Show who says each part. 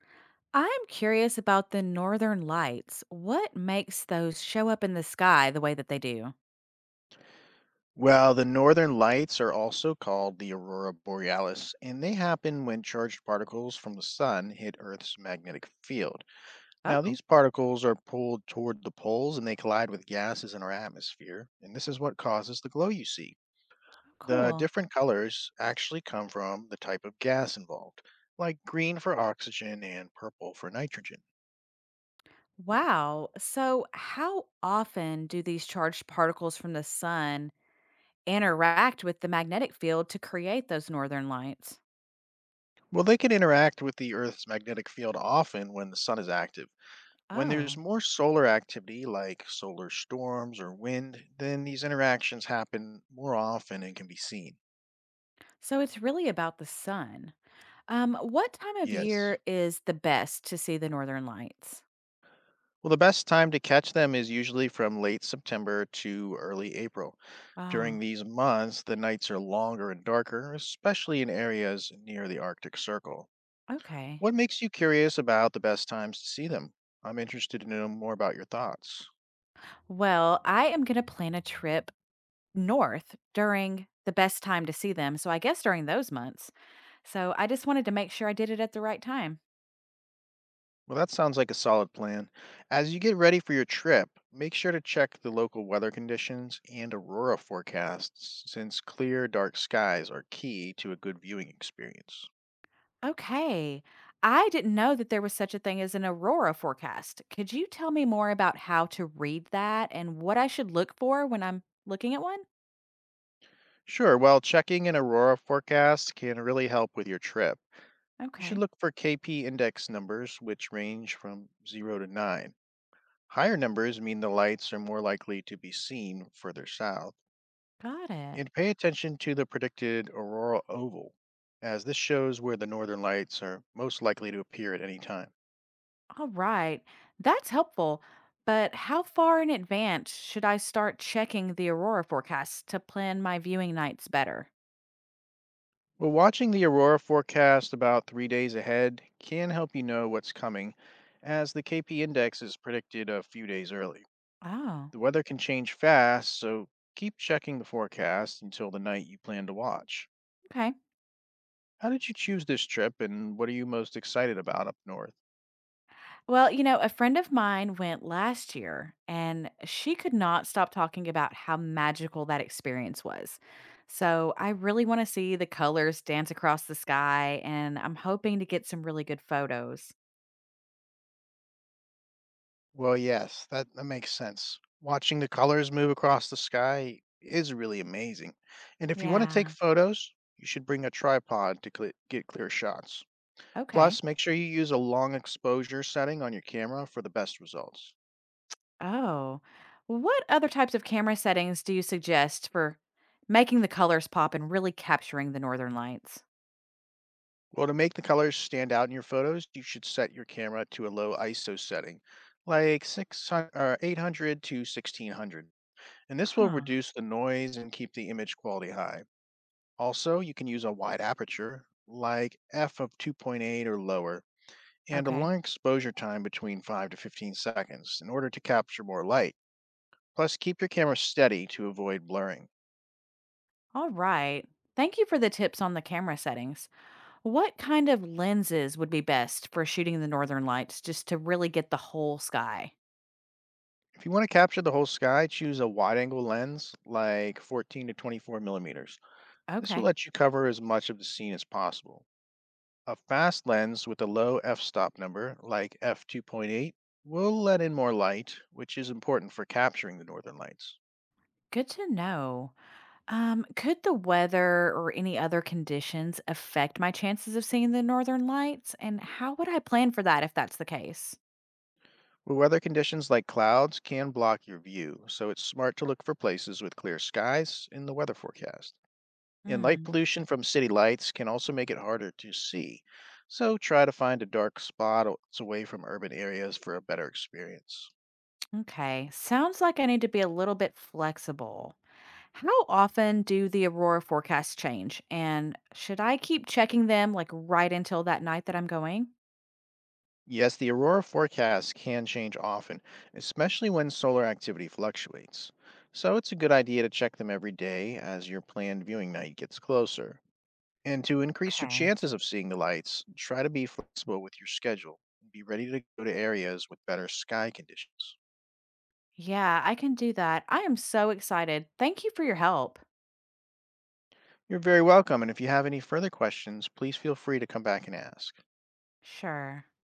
Speaker 1: I'm curious about the northern lights. What makes those show up in the sky the way that they do?
Speaker 2: Well, the northern lights are also called the aurora borealis, and they happen when charged particles from the sun hit Earth's magnetic field. Now,
Speaker 1: Oh,
Speaker 2: these particles are pulled toward the poles and they collide with gases in our atmosphere, and this is what causes the glow you see. The
Speaker 1: cool.
Speaker 2: different colors actually come from the type of gas involved, like green for oxygen and purple for nitrogen.
Speaker 1: Wow. So, how often do these charged particles from the sun interact with the magnetic field to create those northern lights?
Speaker 2: Well, they can interact with the Earth's magnetic field often when the sun is active. When there's
Speaker 1: Oh,
Speaker 2: more solar activity, like solar storms or wind, then these interactions happen more often and can be seen.
Speaker 1: so it's really about the sun. What time of
Speaker 2: Yes.
Speaker 1: year is the best to see the northern lights?
Speaker 2: Well, the best time to catch them is usually from late September to early April. During
Speaker 1: Ah,
Speaker 2: these months, the nights are longer and darker, especially in areas near the Arctic Circle.
Speaker 1: okay.
Speaker 2: What makes you curious about the best times to see them? I'm interested to know more about your thoughts.
Speaker 1: Well, I am going to plan a trip north during the best time to see them, so I guess during those months. So I just wanted to make sure I did it at the right time.
Speaker 2: Well, that sounds like a solid plan. As you get ready for your trip, make sure to check the local weather conditions and aurora forecasts, since clear, dark skies are key to a good viewing experience.
Speaker 1: Okay. I didn't know that there was such a thing as an aurora forecast. Could you tell me more about how to read that and what I should look for when I'm looking at one?
Speaker 2: Sure, while checking an aurora forecast can really help with your trip, you should
Speaker 1: Okay.
Speaker 2: look for KP index numbers, which range from 0 to 9. Higher numbers mean the lights are more likely to be seen further south,
Speaker 1: Got it.
Speaker 2: and pay attention to the predicted aurora oval, as this shows where the northern lights are most likely to appear at any time.
Speaker 1: All right. That's helpful. But how far in advance should I start checking the aurora forecast to plan my viewing nights better?
Speaker 2: But watching the aurora forecast about 3 days ahead can help you know what's coming, as the KP index is predicted a few days early.
Speaker 1: Oh,
Speaker 2: The weather can change fast, so keep checking the forecast until the night you plan to watch.
Speaker 1: okay.
Speaker 2: How did you choose this trip, and what are you most excited about up north?
Speaker 1: Well, a friend of mine went last year and she could not stop talking about how magical that experience was. So I really want to see the colors dance across the sky and I'm hoping to get some really good photos.
Speaker 2: Well, yes, that makes sense. Watching the colors move across the sky is really amazing. And if you want to take
Speaker 1: Yeah.
Speaker 2: photos, you should bring a tripod to cle get clear shots.
Speaker 1: Okay.
Speaker 2: Plus, make sure you use a long exposure setting on your camera for the best results.
Speaker 1: Oh. What other types of camera settings do you suggest for making the colors pop and really capturing the northern lights?
Speaker 2: Well, to make the colors stand out in your photos, you should set your camera to a low ISO setting, like 600 or 800 to 1600. And this will
Speaker 1: Huh.
Speaker 2: reduce the noise and keep the image quality high. Also, you can use a wide aperture, like f of 2.8 or lower, and a
Speaker 1: Okay.
Speaker 2: long exposure time between 5 to 15 seconds in order to capture more light. Plus, keep your camera steady to avoid blurring.
Speaker 1: All right. Thank you for the tips on the camera settings. What kind of lenses would be best for shooting the northern lights just to really get the whole sky?
Speaker 2: If you want to capture the whole sky, choose a wide angle lens like 14 to 24 millimeters. This will
Speaker 1: Okay.
Speaker 2: let you cover as much of the scene as possible. A fast lens with a low f-stop number, like f/2.8, will let in more light, which is important for capturing the northern lights.
Speaker 1: Good to know. Could the weather or any other conditions affect my chances of seeing the northern lights? And how would I plan for that if that's the case?
Speaker 2: But weather conditions like clouds can block your view, so it's smart to look for places with clear skies in the weather forecast. And light
Speaker 1: Mm,
Speaker 2: pollution from city lights can also make it harder to see, so try to find a dark away from urban areas for a better experience.
Speaker 1: okay. Sounds like I need to be a little bit flexible. How often do the aurora forecasts change? And should I keep checking them like right until that night that I'm going?
Speaker 2: Yes, the aurora forecast can change often, especially when solar activity fluctuates. So it's a good idea to check them every day as your planned viewing night gets closer. And to increase your
Speaker 1: Okay.
Speaker 2: chances of seeing the lights, try to be flexible with your schedule and be ready to go to areas with better sky conditions.
Speaker 1: Yeah, I can do that. I am so excited. Thank you for your help.
Speaker 2: You're very welcome, and if you have any further questions, please feel free to come back and ask.
Speaker 1: Sure.